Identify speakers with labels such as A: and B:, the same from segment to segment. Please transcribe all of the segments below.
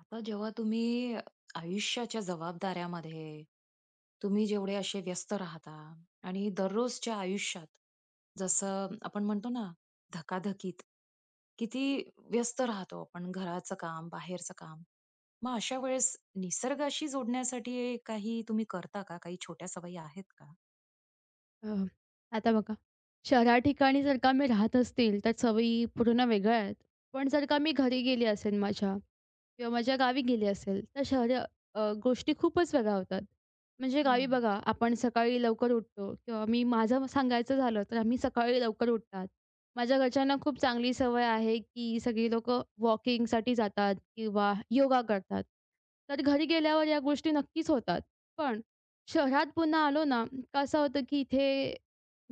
A: आता जेव्हा तुम्ही आयुष्याच्या जबाबदाऱ्यामध्ये, तुम्ही जेवढे असे व्यस्त राहता आणि दररोजच्या आयुष्यात, जसं आपण म्हणतो ना, धकाधकीत किती व्यस्त राहतो आपण, घराचं काम, बाहेरचं काम. मग अशा वेळेस निसर्गाशी जोडण्यासाठी काही तुम्ही करता का? काही छोट्या सवयी आहेत का?
B: अ, आता बघा, शहरा ठिकाणी जर का मी राहत असतील, तर सवयी पूर्ण वेगळ्या आहेत. पण जर का मी घरी गेली असेल माझ्या किंवा माझ्या गावी गेली असेल, तर शहरी गोष्टी खूपच वेगळ्या होतात. म्हणजे गावी
A: हम्म.
B: बघा, आपण सकाळी लवकर उठतो किंवा मी माझं सांगायचं झालं, तर आम्ही सकाळी लवकर उठतात. माझ्या घरच्यांना खूप चांगली सवय आहे, की सगळी लोकं वॉकिंगसाठी जातात किंवा योगा करतात. तर घरी गेल्यावर या गोष्टी नक्कीच होतात. पण शहरात पुन्हा आलो ना कसं होतं, की इथे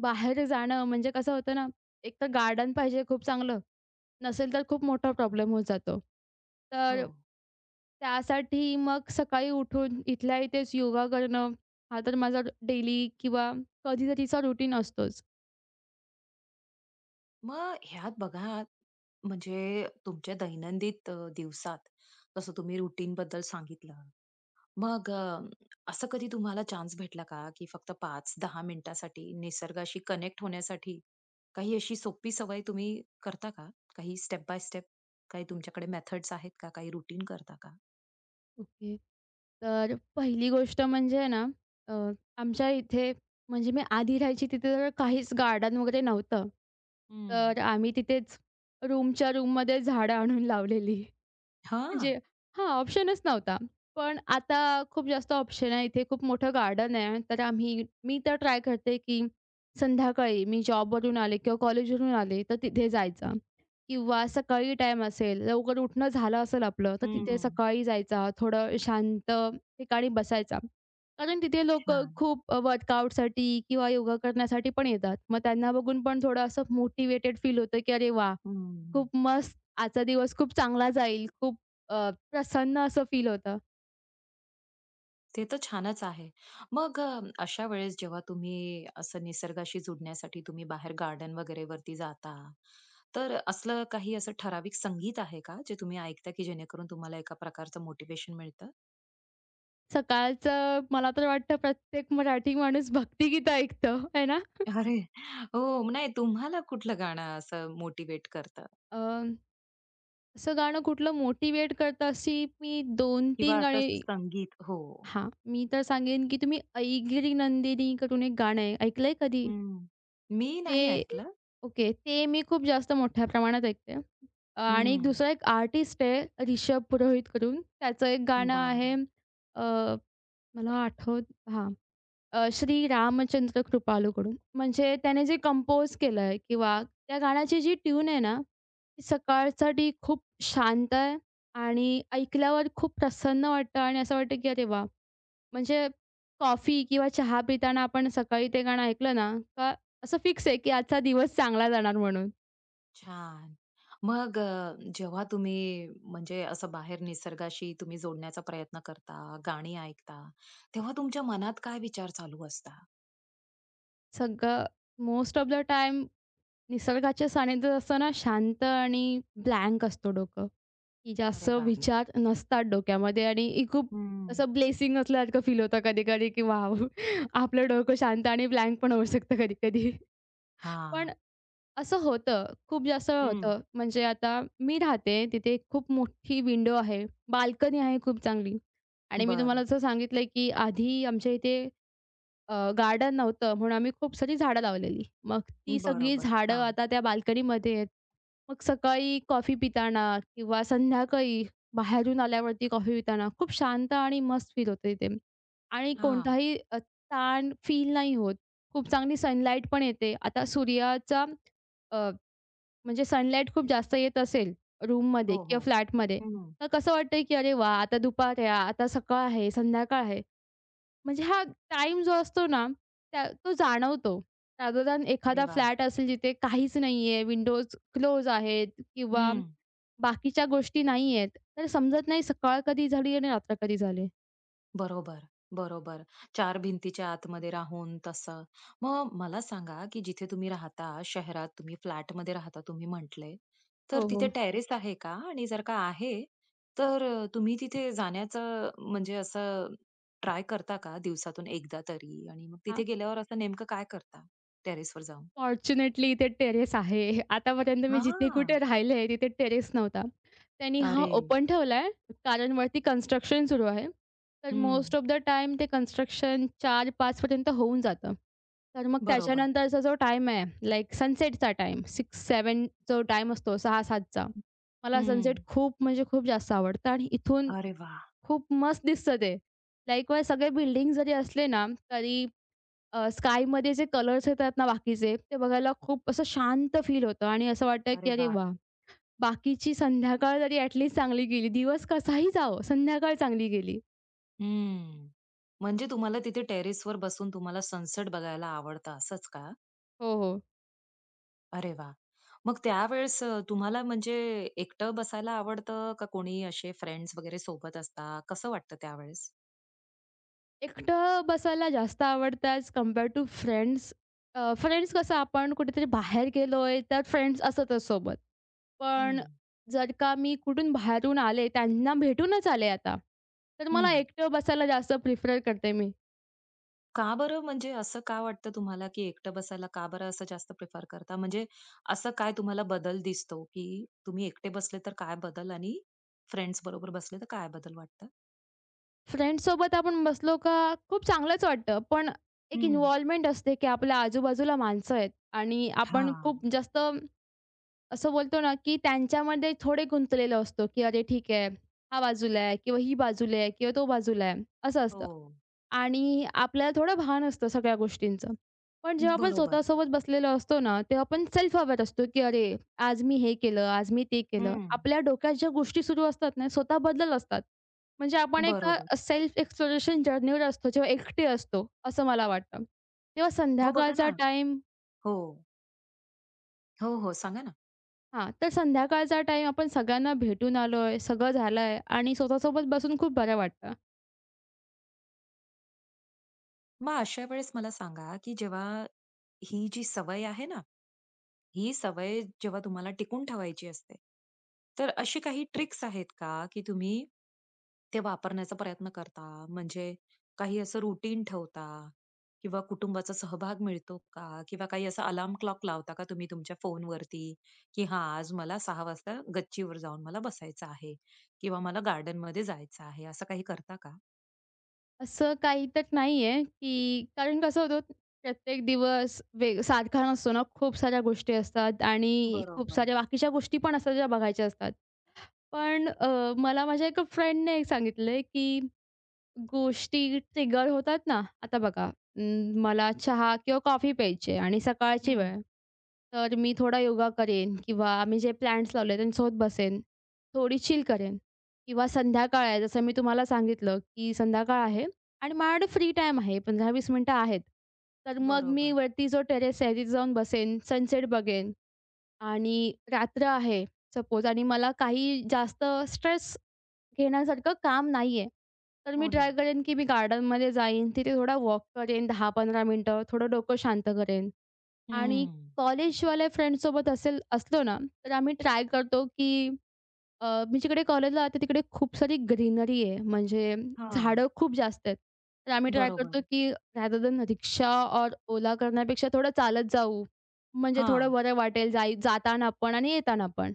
B: बाहेर जाणं म्हणजे कसं होतं ना, एक तर गार्डन पाहिजे खूप चांगलं, नसेल तर खूप मोठा प्रॉब्लेम होत जातो.
A: हो,
B: तर त्यासाठी मग सकाळी उठून इथल्या इथेच योगा करणं, हा तर माझा डेली किंवा कधीतरीचा रुटीन असतोच.
A: मग ह्यात बघा, म्हणजे तुमच्या दैनंदिन दिवसात, जसं तुम्ही रुटीन बद्दल सांगितलं. मग, असं कधी तुम्हाला चान्स भेटला का, की फक्त 5-10 मिनिटासाठी निसर्गाशी कनेक्ट होण्यासाठी काही अशी सोपी सवय तुम्ही करता का? काही स्टेप बाय स्टेप, काही तुमच्याकडे मेथड्स आहेत का? काही रुटीन करता का?
B: ओके. तर पहिली गोष्ट म्हणजे ना, अ, आमच्या इथे म्हणजे मी आधी राहायची तिथे तर काहीच गार्डन वगैरे नव्हतं.
A: हं.
B: तर आम्ही तिथेच रूममध्ये झाडं आणून लावलेली.
A: हां.
B: म्हणजे हां, ऑप्शनच नव्हता. पण आता खूप जास्त ऑप्शन आहे. इथे खूप मोठं गार्डन आहे. तर मी तर ट्राय करते, की संध्याकाळी मी जॉबवरून आले किंवा कॉलेजवरून आले, तर तिथे जायचा किंवा सकाळी टाईम असेल, लवकर उठणं झालं असेल आपलं, तर तिथे
A: हं.
B: सकाळी जायचा, थोडं शांत ठिकाणी बसायचा. कारण तिथे लोकं
A: छान.
B: खूप वर्कआउटसाठी किंवा योगा करण्यासाठी पण येतात. मग त्यांना बघून पण थोडं असं मोटिव्हेटेड फील होतं, की "अरे वाह!
A: हं.
B: खूप मस्त आजचा दिवस खूप चांगला जाईल, खूप प्रसन्न असं फील होतं."
A: ते तर छानच आहे. मग, अशा वेळेस जेव्हा तुम्ही असं निसर्गाशी जुडण्यासाठी तुम्ही बाहेर गार्डन वगैरे वरती जाता, तर असलं काही असं ठराविक संगीत आहे का, जे तुम्ही ऐकता, की जेणेकरून तुम्हाला एका प्रकारचं मोटिवेशन मिळतं?
B: सकाळचं मला तर वाटतं प्रत्येक मराठी माणूस भक्तिगीत ऐकतो, आहे ना?
A: अरे! हो. नाही, तुम्हाला कुठलं गाणं असं मोटिव्हेट करतं
B: अ, असं गाणं कुठलं मोटिव्हेट करतं अशी मी
A: किंवा
B: 2-3
A: असं
B: गाणी
A: संगीत? हो.
B: हां, मी तर सांगेन की तुम्ही "ऐगिरी नंदिनी" करून एक गाणं आहे. ऐकलंय कधी?
A: हं. मी
B: ते
A: नाही ऐकलं.
B: ओके. ते मी खूप जास्त मोठ्या प्रमाणात ऐकते. आणि एक
A: हं.
B: दुसरा एक आर्टिस्ट आहे ऋषभ पुरोहित करून. त्याचं एक गाणं आहे
A: बरं.
B: अ, मला आठवत हां. श्री रामचंद्र कृपालूकडून. म्हणजे त्याने जे कंपोज केलंय किंवा त्या गाण्याची जी ट्यून आहे ना, ती सकाळसाठी खूप शांत आहे आणि ऐकल्यावर खूप प्रसन्न वाटतं आणि असं वाटतं, की अरे वाह! म्हणजे कॉफी किंवा चहा पिताना आपण सकाळी ते गाणं ऐकलं ना, का असं फिक्स आहे, की आजचा दिवस चांगला जाणार म्हणून.
A: छान. मग, जेव्हा तुम्ही म्हणजे असं बाहेर निसर्गाशी तुम्ही जोडण्याचा प्रयत्न करता, गाणी ऐकता, तेव्हा तुमच्या मनात काय विचार चालू असता?
B: सगळं मोस्ट ऑफ द टाईम निसर्गाच्या सानिध्यात असताना शांत आणि ब्लँक असतो डोकं. की जास्त
A: अरे वा.
B: विचार नसतात डोक्यामध्ये आणि ही खूप
A: हं.
B: असं ब्लेसिंग असल्यासारखं फील होतं कधी-कधी, की वॉव! आपलं डोकं शांत आणि ब्लँक पण होऊ शकतं कधी-कधी. पण
A: हां.
B: असं होतं, खूप जास्त वेळा
A: हं.
B: होतं. म्हणजे आता मी राहते तिथे खूप मोठी विंडो आहे, बाल्कनी आहे खूप चांगली आणि मी तुम्हाला
A: बरं.
B: जसं सांगितलंय, की आधी आमच्या इथे गार्डन नव्हतं म्हणून आम्ही खूप सारी झाडं लावलेली. मग ती सगळी
A: बरोबर.
B: झाडं
A: हां.
B: आता त्या बाल्कनीमध्ये आहेत. मग सकाळी कॉफी पिताना किंवा संध्याकाळी बाहेरून आल्यावरती कॉफी पिताना खूप शांत आणि मस्त फील होतं तिथे आणि
A: हां.
B: कोणताही ताण फील नाही होत. खूप चांगली सनलाईट पण येते. आता सूर्याचा अ, म्हणजे सनलाईट खूप जास्त येत असेल रूममध्ये
A: हो,
B: किंवा
A: हो.
B: फ्लॅटमध्ये,
A: हं.
B: तर कसं वाटतंय की "अरे वाह! आता दुपार आहे, आता सकाळ आहे, संध्याकाळ आहे." म्हणजे हा टाईम जो असतो ना, तो जाणवतो. रादर दॅन
A: अरे
B: एखादा
A: वा.
B: फ्लॅट असेल जिथे काहीच नाहीये, विंडोज क्लोज आहेत किंवा
A: हं.
B: बाकीच्या गोष्टी नाहीयेत, तर समजत नाही सकाळ कधी झाली आणि रात्र कधी झाली.
A: बरोबर, बरोबर. चार भिंतीच्या आतमध्ये राहून तसं. मग मला सांगा, की जिथे तुम्ही राहता, शहरात तुम्ही फ्लॅटमध्ये राहता तुम्ही म्हटले, तर
B: हो,
A: तिथे
B: हो.
A: टेरेस आहे का? आणि जर का आहे, तर तुम्ही तिथे जाण्याचं म्हणजे असं ट्राय करता का दिवसातून एकदा तरी? आणि मग तिथे गेल्यावर असं नेमकं काय करता टेरेसवर जाऊन?
B: फॉर्च्युनेटली इथे टेरेस आहे. आतापर्यंत मी जिथे
A: हां.
B: कुठे राहिले तिथे टेरेस नव्हता. त्यांनी हा
A: अरे!
B: ओपन ठेवलाय कारण वरती कन्स्ट्रक्शन सुरू आहे. तर मोस्ट
A: हं.
B: ऑफ द टाईम ते कन्स्ट्रक्शन 4-5 पर्यंत होऊन जातं. तर मग
A: बरोबर.
B: त्याच्यानंतरचा जो टाईम आहे लाइक सनसेटचा टाईम 6-7 जो टाईम असतो 6-7. मला सनसेट
A: हं.
B: खूप म्हणजे खूप जास्त आवडतं आणि इथून
A: अरे वाह!
B: खूप मस्त दिसतं ते. लाइकवाईज सगळे बिल्डिंग जरी असले ना तरी स्कायमध्ये जे कलर्स येतात ना बाकीचे, ते बघायला खूप असं शांत फील होतं आणि असं वाटतं, की
A: अरे
B: अरे
A: वाह!
B: वाह! बाकीची संध्याकाळ जरी ॲट लीस्ट चांगली गेली, दिवस कसाही जावो, संध्याकाळ चांगली गेली.
A: हम्म. म्हणजे तुम्हाला तिथे टेरेसवर बसून तुम्हाला सनसेट बघायला आवडतं असंच का?
B: हो, हो.
A: अरे वा, मग त्यावेळेस, तुम्हाला म्हणजे एकटं बसायला आवडतं का कोणी असे फ्रेंड्स वगैरे सोबत असता? कसं वाटतं त्यावेळेस?
B: एकटं बसायला जास्त आवडतं as compare to friends. Friends कसं आपण कुठेतरी बाहेर गेलोय, तर फ्रेंड्स असतच सोबत.
A: हं,
B: पण जर का मी कुठून बाहेरून आले, त्यांना भेटूनच आले आता, तर मला
A: हं.
B: एकटं बसायला जास्त प्रिफर करते मी.
A: का बरं, म्हणजे असं का वाटतं तुम्हाला, की एकटं बसायला का बरं असं जास्त प्रिफर करता? म्हणजे असं काय तुम्हाला बदल दिसतो, की तुम्ही एकटे बसले तर काय बदल आणि फ्रेंड्स बरोबर बसले तर काय बदल वाटतं?
B: फ्रेंड्ससोबत आपण बसलो का खूप चांगलंच वाटतं. पण एक
A: हं.
B: इन्व्हॉल्वमेंट असते, की आपल्या आजूबाजूला माणसं आहेत आणि आपण
A: हां.
B: खूप जास्त असं बोलतो ना, की त्यांच्यामध्ये थोडे गुंतलेलो असतो, की "अरे ठीक आहे, हा बाजूला आहे किंवा ही बाजूला आहे किंवा तो बाजूला आहे," असं असतं.
A: हो.
B: आणि आपल्याला थोडं भान असतं सगळ्या गोष्टींचं. पण जेव्हा आपण
A: बरोबर.
B: स्वतःसोबत बसलेलो असतो ना, तेव्हा आपण सेल्फ अवेअर असतो, की "अरे, आज मी हे केलं, आज मी ते केलं."
A: हं.
B: आपल्या डोक्यात ज्या गोष्टी सुरू असतात ना, स्वतःबद्दल असतात. म्हणजे आपण एका
A: बरोबर.
B: सेल्फ एक्सप्लोरेशन जर्नीवर असतो, जेव्हा एकटे असतो, असं मला वाटतं. तेव्हा
A: मग बघा
B: संध्याकाळचा
A: ना.
B: टाईम
A: हो. हो, हो. सांगा ना.
B: हां, तर संध्याकाळचा टाईम आपण सगळ्यांना भेटून आलोय, सगळं झालंय आणि स्वतःसोबत बसून खूप बरं वाटतं.
A: मग अशा वेळेस मला सांगा, की जेव्हा ही जी सवय आहे ना, ही सवय जेव्हा तुम्हाला टिकून ठेवायची असते, तर अशी काही ट्रिक्स आहेत का, की तुम्ही ते वापरण्याचा प्रयत्न करता? म्हणजे काही असं रुटीन ठेवता किंवा कुटुंबाचा सहभाग मिळतो का? किंवा काही असा अलार्म क्लॉक लावता का तुम्ही तुमच्या फोनवरती, की हां, आज मला 6 वाजता गच्चीवर जाऊन मला बसायचं आहे किंवा मला गार्डनमध्ये जायचं आहे, असं काही करता का?
B: असं काही तर नाहीये, की कारण कसं होतं प्रत्येक दिवस वेग सारखा नसतो ना, खूप साऱ्या गोष्टी असतात आणि खूप
A: बरोबर.
B: साऱ्या बाकीच्या गोष्टी पण असतात ज्या बघायच्या असतात. पण मला माझ्या एका फ्रेंडने एक सांगितलंय, की गोष्टी ट्रिगर होतात ना, आता बघा मला चहा किंवा कॉफी प्यायची आहे आणि सकाळची
A: हं.
B: वेळ तर मी थोडा योगा करेन किंवा आम्ही जे प्लॅन्ट्स लावले त्यांच्यासोबत बसेन. थोडी चिल करेन किंवा संध्याकाळ आहे जसं मी तुम्हाला सांगितलं, की संध्याकाळ आहे आणि माझ्याकडे फ्री टाईम आहे 15-20 मिनिटं आहेत. तर मग मी
A: बरोबर.
B: वरती जो टेरेस आहे तिथे जाऊन बसेन, सनसेट बघेन आणि रात्र आहे सपोज आणि मला काही जास्त स्ट्रेस घेण्यासारखं काम नाहीये. तर मी
A: हो ना.
B: ट्राय करेन, की मी गार्डनमध्ये जाईन, तिथे थोडा वॉक करेन 10-15 मिनिटं, थोडं डोकं शांत करेन. आणि
A: हं.
B: कॉलेजवाल्या फ्रेंड्ससोबत असलो ना, तर आम्ही ट्राय करतो, की मी जिकडे कॉलेजला राहते तिकडे खूप सारी ग्रीनरी आहे. म्हणजे
A: हां.
B: झाडं खूप जास्त आहेत. तर आम्ही ट्राय करतो,
A: बरोबर.
B: की रॅदर दॅन रिक्षा और ओला करण्यापेक्षा थोडं चालत जाऊ. म्हणजे थोडं
A: हां.
B: बरं वाटेल जाताना पण आणि येताना पण.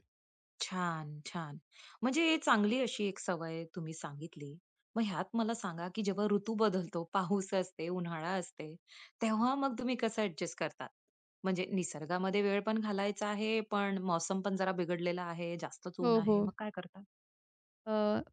A: छान, छान. म्हणजे चांगली अशी एक सवय तुम्ही सांगितली. मग ह्यात मला सांगा, की जेव्हा ऋतू बदलतो, पाऊस असते, उन्हाळा असते, तेव्हा मग तुम्ही कसं ॲडजस्ट करतात? म्हणजे निसर्गामध्ये वेळ पण घालायचा आहे, पण मौसम पण जरा बिघडलेला आहे, जास्तच ऊन
B: हो, हो.
A: आहे, मग काय करता?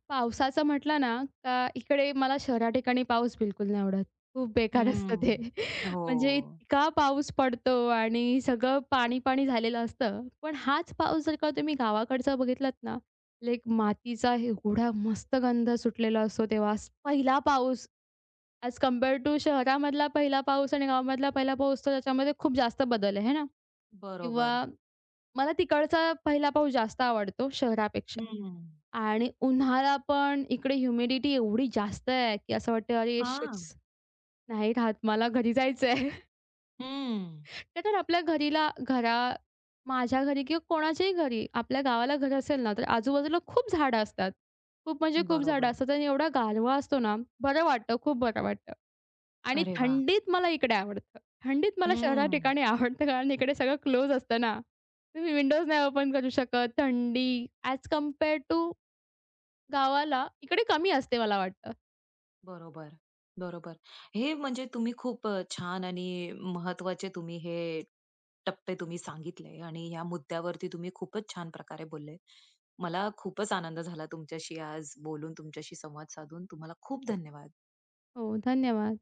B: पावसाचं म्हटलं ना, का इकडे मला शहरा ठिकाणी पाऊस बिलकुल नाही आवडत. खूप बेकार असतं ते.
A: हं. हो.
B: म्हणजे इतका पाऊस पडतो आणि सगळं पाणी-पाणी झालेलं असतं. पण हाच पाऊस जर का तुम्ही गावाकडचा बघितलात ना, लाइक मातीचा एवढा मस्त गंध सुटलेला असतो तेव्हा. पहिला पाऊस ॲज कंपेअर टू शहरामधला पहिला पाऊस आणि गावामधला पहिला पाऊस तर त्याच्यामध्ये खूप जास्त बदल आहे, है ना?
A: बरोबर.
B: किंवा मला तिकडचा पहिला पाऊस जास्त आवडतो शहरापेक्षा.
A: हं.
B: आणि उन्हाळा पण इकडे ह्युमिडिटी एवढी जास्त आहे, की असं वाटतं, "अरे
A: हां.
B: शिट्स! नाही राहत मला घरी जायचंय."
A: हं.
B: का तर आपल्या घरीला घरा माझ्या घरी किंवा कोणाच्याही घरी आपल्या गावाला घर असेल ना, तर आजूबाजूला खूप झाडं असतात. खूप म्हणजे खूप झाडं
A: बरोबर.
B: असतात आणि एवढा गारवा असतो ना, बरं वाटतं, खूप बरं वाटतं. आणि
A: अरे वाह!
B: थंडीत मला इकडे आवडतं. थंडीत मला शहरा
A: हम्म.
B: ठिकाणी आवडतं कारण इकडे सगळं क्लोज असतं ना. तुम्ही विंडोज नाही ओपन करू शकत. थंडी ॲज कंपेअर टू गावाला इकडे कमी असते मला वाटतं.
A: बरोबर, बरोबर. हे म्हणजे तुम्ही खूप छान आणि महत्त्वाचे तुम्ही हे टप्पे तुम्ही सांगितले आणि या मुद्द्यावरती तुम्ही खूपच छान प्रकारे बोलले. मला खूपच आनंद झाला तुमच्याशी आज बोलून, तुमच्याशी संवाद साधून. तुम्हाला खूप धन्यवाद.
B: हो, धन्यवाद.